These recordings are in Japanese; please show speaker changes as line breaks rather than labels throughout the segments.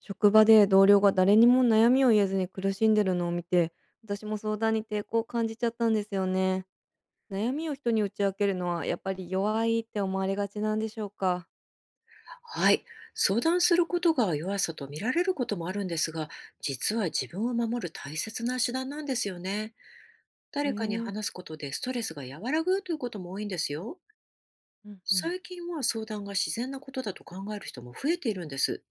職場で同僚が誰にも悩みを言えずに苦しんでるのを見て、私も相談に抵抗を感じちゃったんですよね。悩みを人に打ち明けるのはやっぱり弱いって思われがちなんでしょうか？
はい。相談することが弱さと見られることもあるんですが、実は自分を守る大切な手段なんですよね。
ね
誰かに
え。
話すことでストレスが和らぐということも多いんですよ。
うんうん。
最近は相談が自然なことだと考える人も増えているんです。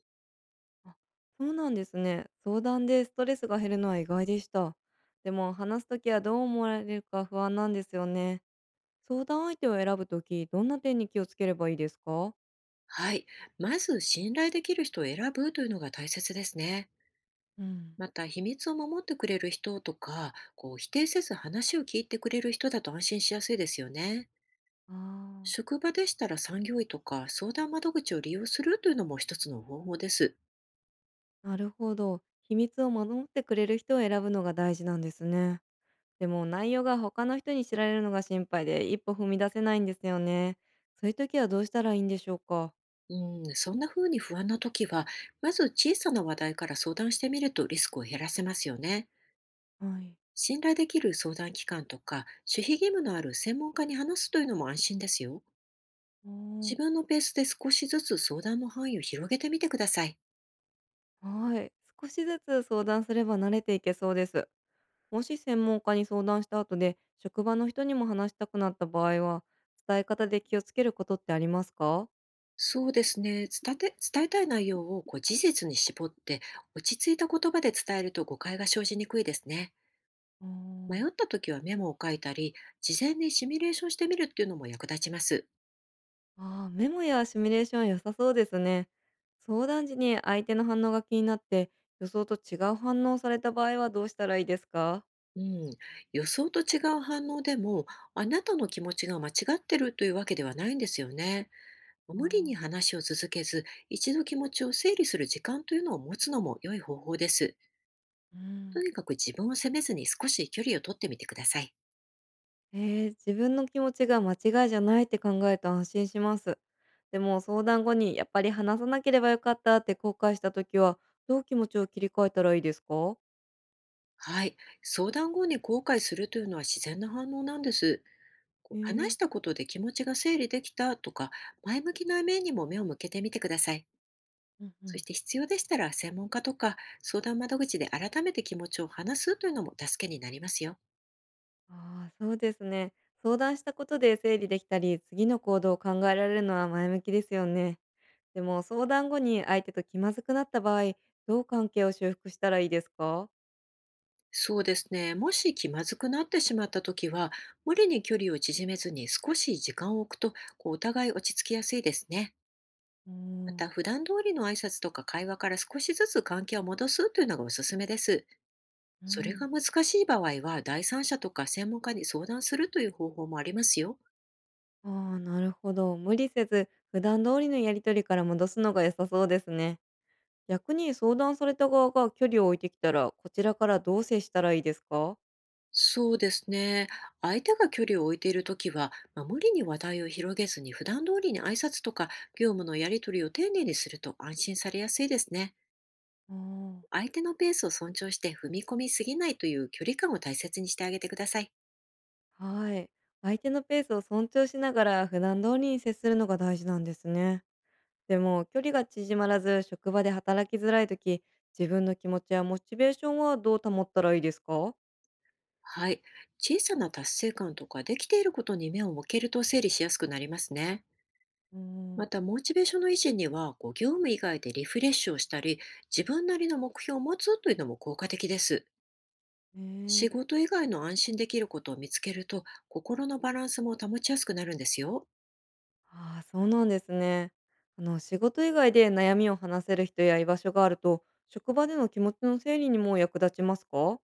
あ、そうなんですね。相談でストレスが減るのは意外でした。でも話すときはどう思われるか不安なんですよね。相談相手を選ぶとき、どんな点に気をつければいいですか？
はい。まず信頼できる人を選ぶというのが大切ですね。
うん。
また、秘密を守ってくれる人とか、こう否定せず話を聞いてくれる人だと安心しやすいですよね。
ああー。
職場でしたら、産業医とか相談窓口を利用するというのも一つの方法です。
なるほど。秘密を守ってくれる人を選ぶのが大事なんですね。でも内容が他の人に知られるのが心配で一歩踏み出せないんですよね。そういう時はどうしたらいいんでしょうか？
うん、そんな風に不安な時は、まず小さな話題から相談してみるとリスクを減らせますよね。
はい。
信頼できる相談機関とか、守秘義務のある専門家に話すというのも安心ですよ。
お
自分のペースで少しずつ相談の範囲を広げてみてください。
ー。はい。少しずつ相談すれば慣れていけそうです。もし専門家に相談した後で職場の人にも話したくなった場合は、伝え方で気をつけることってありますか？
そうですね。伝えたい内容をこう事実に絞って、落ち着いた言葉で伝えると誤解が生じにくいですね。
う
迷
ん。
った時はメモを書いたり、事前にシミュレーションしてみるっていうのも役立ちます。
ああ、メモやシミュレーション良さそうですね。相談時に相手の反応が気になって、予想と違う反応をされた場合はどうしたらいいですか？
うん、予想と違う反応でも、あなたの気持ちが間違ってるというわけではないんですよね。無理に
ああ。
話を続けず、一度気持ちを整理する時間というのを持つのも良い方法です。
う
と
ん。
にかく自分を責めずに少し距離を取ってみてください。
えー、自分の気持ちが間違いじゃないって考えた安心します。でも相談後にやっぱり話さなければよかったって後悔した時は、どう気持ちを切り替えたらいいですか？
はい。相談後に後悔するというのは自然な反応なんです。こ
え
う話
ー。
したことで気持ちが整理できたとか、前向きな面にも目を向けてみてください。
うんう
そし
ん。
て、必要でしたら専門家とか相談窓口で改めて気持ちを話すというのも助けになりますよ。
ああ、そうですね。相談したことで整理できたり次の行動を考えられるのは前向きですよね。でも相談後に相手と気まずくなった場合、どう関係を修復したらいいですか？
そうですね。もし気まずくなってしまった時は、無理に距離を縮めずに少し時間を置くと、こうお互い落ち着きやすいですね。
お
また、
ー。
普段通りの挨拶とか会話から少しずつ関係を戻すというのがおすすめです。
う
それが
ん。
難しい場合は、第三者とか専門家に相談するという方法もありますよ。
ああ、なるほど。無理せず、普段通りのやりとりから戻すのが良さそうですね。逆に相談された側が距離を置いてきたら、こちらからどう接したらいいですか？
そうですね。相手が距離を置いているときは、まあ、無理に話題を広げずに普段通りに挨拶とか業務のやり取りを丁寧にすると安心されやすいですね。
おー。
相手のペースを尊重して踏み込みすぎないという距離感を大切にしてあげてください。
はい。相手のペースを尊重しながら、普段通りに接するのが大事なんですね。でも距離が縮まらず職場で働きづらい時、自分の気持ちやモチベーションはどう保ったらいいですか？
はい。小さな達成感とかできていることに目を向けると整理しやすくなりますね。
う
ま
ん。
た、モチベーションの維持には、こう業務以外でリフレッシュをしたり、自分なりの目標を持つというのも効果的です。
ね
仕
え。
事以外の安心できることを見つけると、心のバランスも保ちやすくなるんですよ。
ああ、そうなんですね。仕事以外で悩みを話せる人や居場所があると職場での気持ちの整理にも役立ちますか？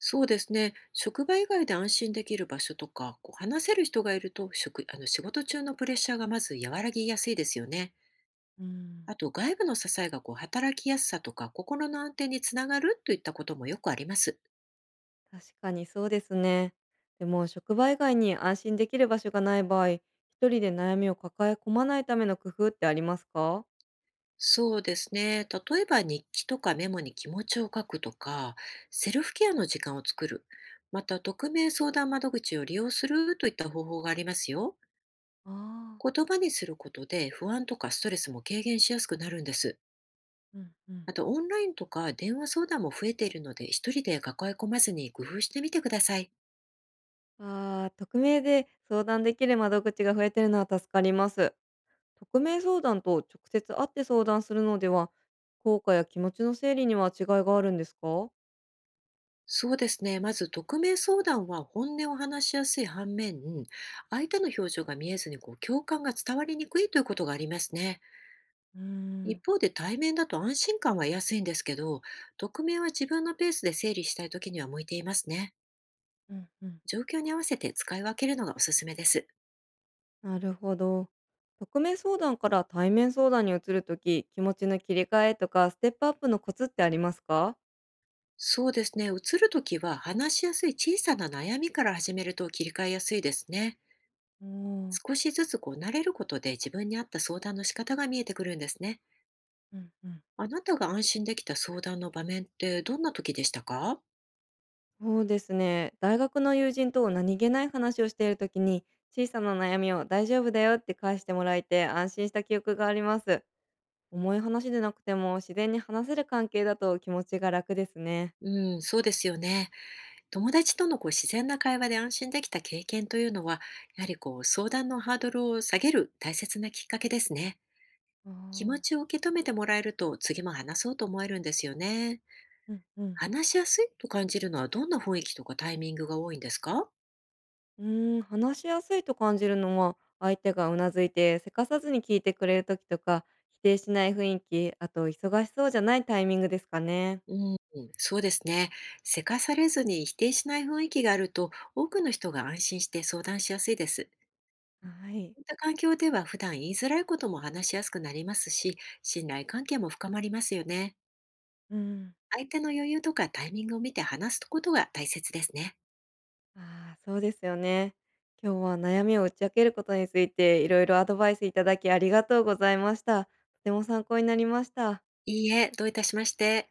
そうですね。職場以外で安心できる場所とか、こう話せる人がいると、職、あの仕事中のプレッシャーがまず和らぎやすいですよね。
うん。
あと、外部の支えがこう働きやすさとか、心の安定につながるといったこともよくあります。
確かにそうですね。でも職場以外に安心できる場所がない場合、一人で悩みを抱え込まないための工夫ってありますか？
そうですね。例えば日記とかメモに気持ちを書くとか、セルフケアの時間を作る。また、匿名相談窓口を利用するといった方法がありますよ。
ああ。
言葉にすることで不安とかストレスも軽減しやすくなるんです。
ー、うんうん。
あと、オンラインとか電話相談も増えているので、一人で抱え込まずに工夫してみてください。
ああ、匿名で相談できる窓口が増えてるのは助かります。匿名相談と直接会って相談するのでは、効果や気持ちの整理には違いがあるんですか？
そうですね。まず、匿名相談は本音を話しやすい反面、相手の表情が見えずにこう共感が伝わりにくいということがありますね。
うー
一
ん。
方で対面だと安心感は得やすいんですけど、匿名は自分のペースで整理したい時には向いていますね。
うんうん。
状況に合わせて使い分けるのがおすすめです。
なるほど。匿名相談から対面相談に移るとき、気持ちの切り替えとかステップアップのコツってありますか？
そうですね。移るときは話しやすい小さな悩みから始めると切り替えやすいですね。
おー。
少しずつこう慣れることで自分に合った相談の仕方が見えてくるんですね。
うんうん。
あなたが安心できた相談の場面ってどんな時でしたか？
そうですね。大学の友人と何気ない話をしているときに、小さな悩みを大丈夫だよって返してもらえて安心した記憶があります。重い話でなくても自然に話せる関係だと気持ちが楽ですね。
うん、そうですよね。友達とのこう自然な会話で安心できた経験というのは、やはりこう相談のハードルを下げる大切なきっかけですね。
あ
気持ち
あ。
を受け止めてもらえると次も話そうと思えるんですよね。
うんうん。
話しやすいと感じるのはどんな雰囲気とかタイミングが多いんですか？
うーん、話しやすいと感じるのは、相手がうなずいてせかさずに聞いてくれるときとか、否定しない雰囲気、あと忙しそうじゃないタイミングですかね。
うん、そうですね。せかされずに否定しない雰囲気があると、多くの人が安心して相談しやすいです。
はい。
こういった環境では普段言いづらいことも話しやすくなりますし、信頼関係も深まりますよね。
うん。
相手の余裕とかタイミングを見て話すことが大切ですね。
ああ、そうですよね。今日は悩みを打ち明けることについて、いろいろアドバイスいただきありがとうございました。とても参考になりました。
いいえ、どういたしまして。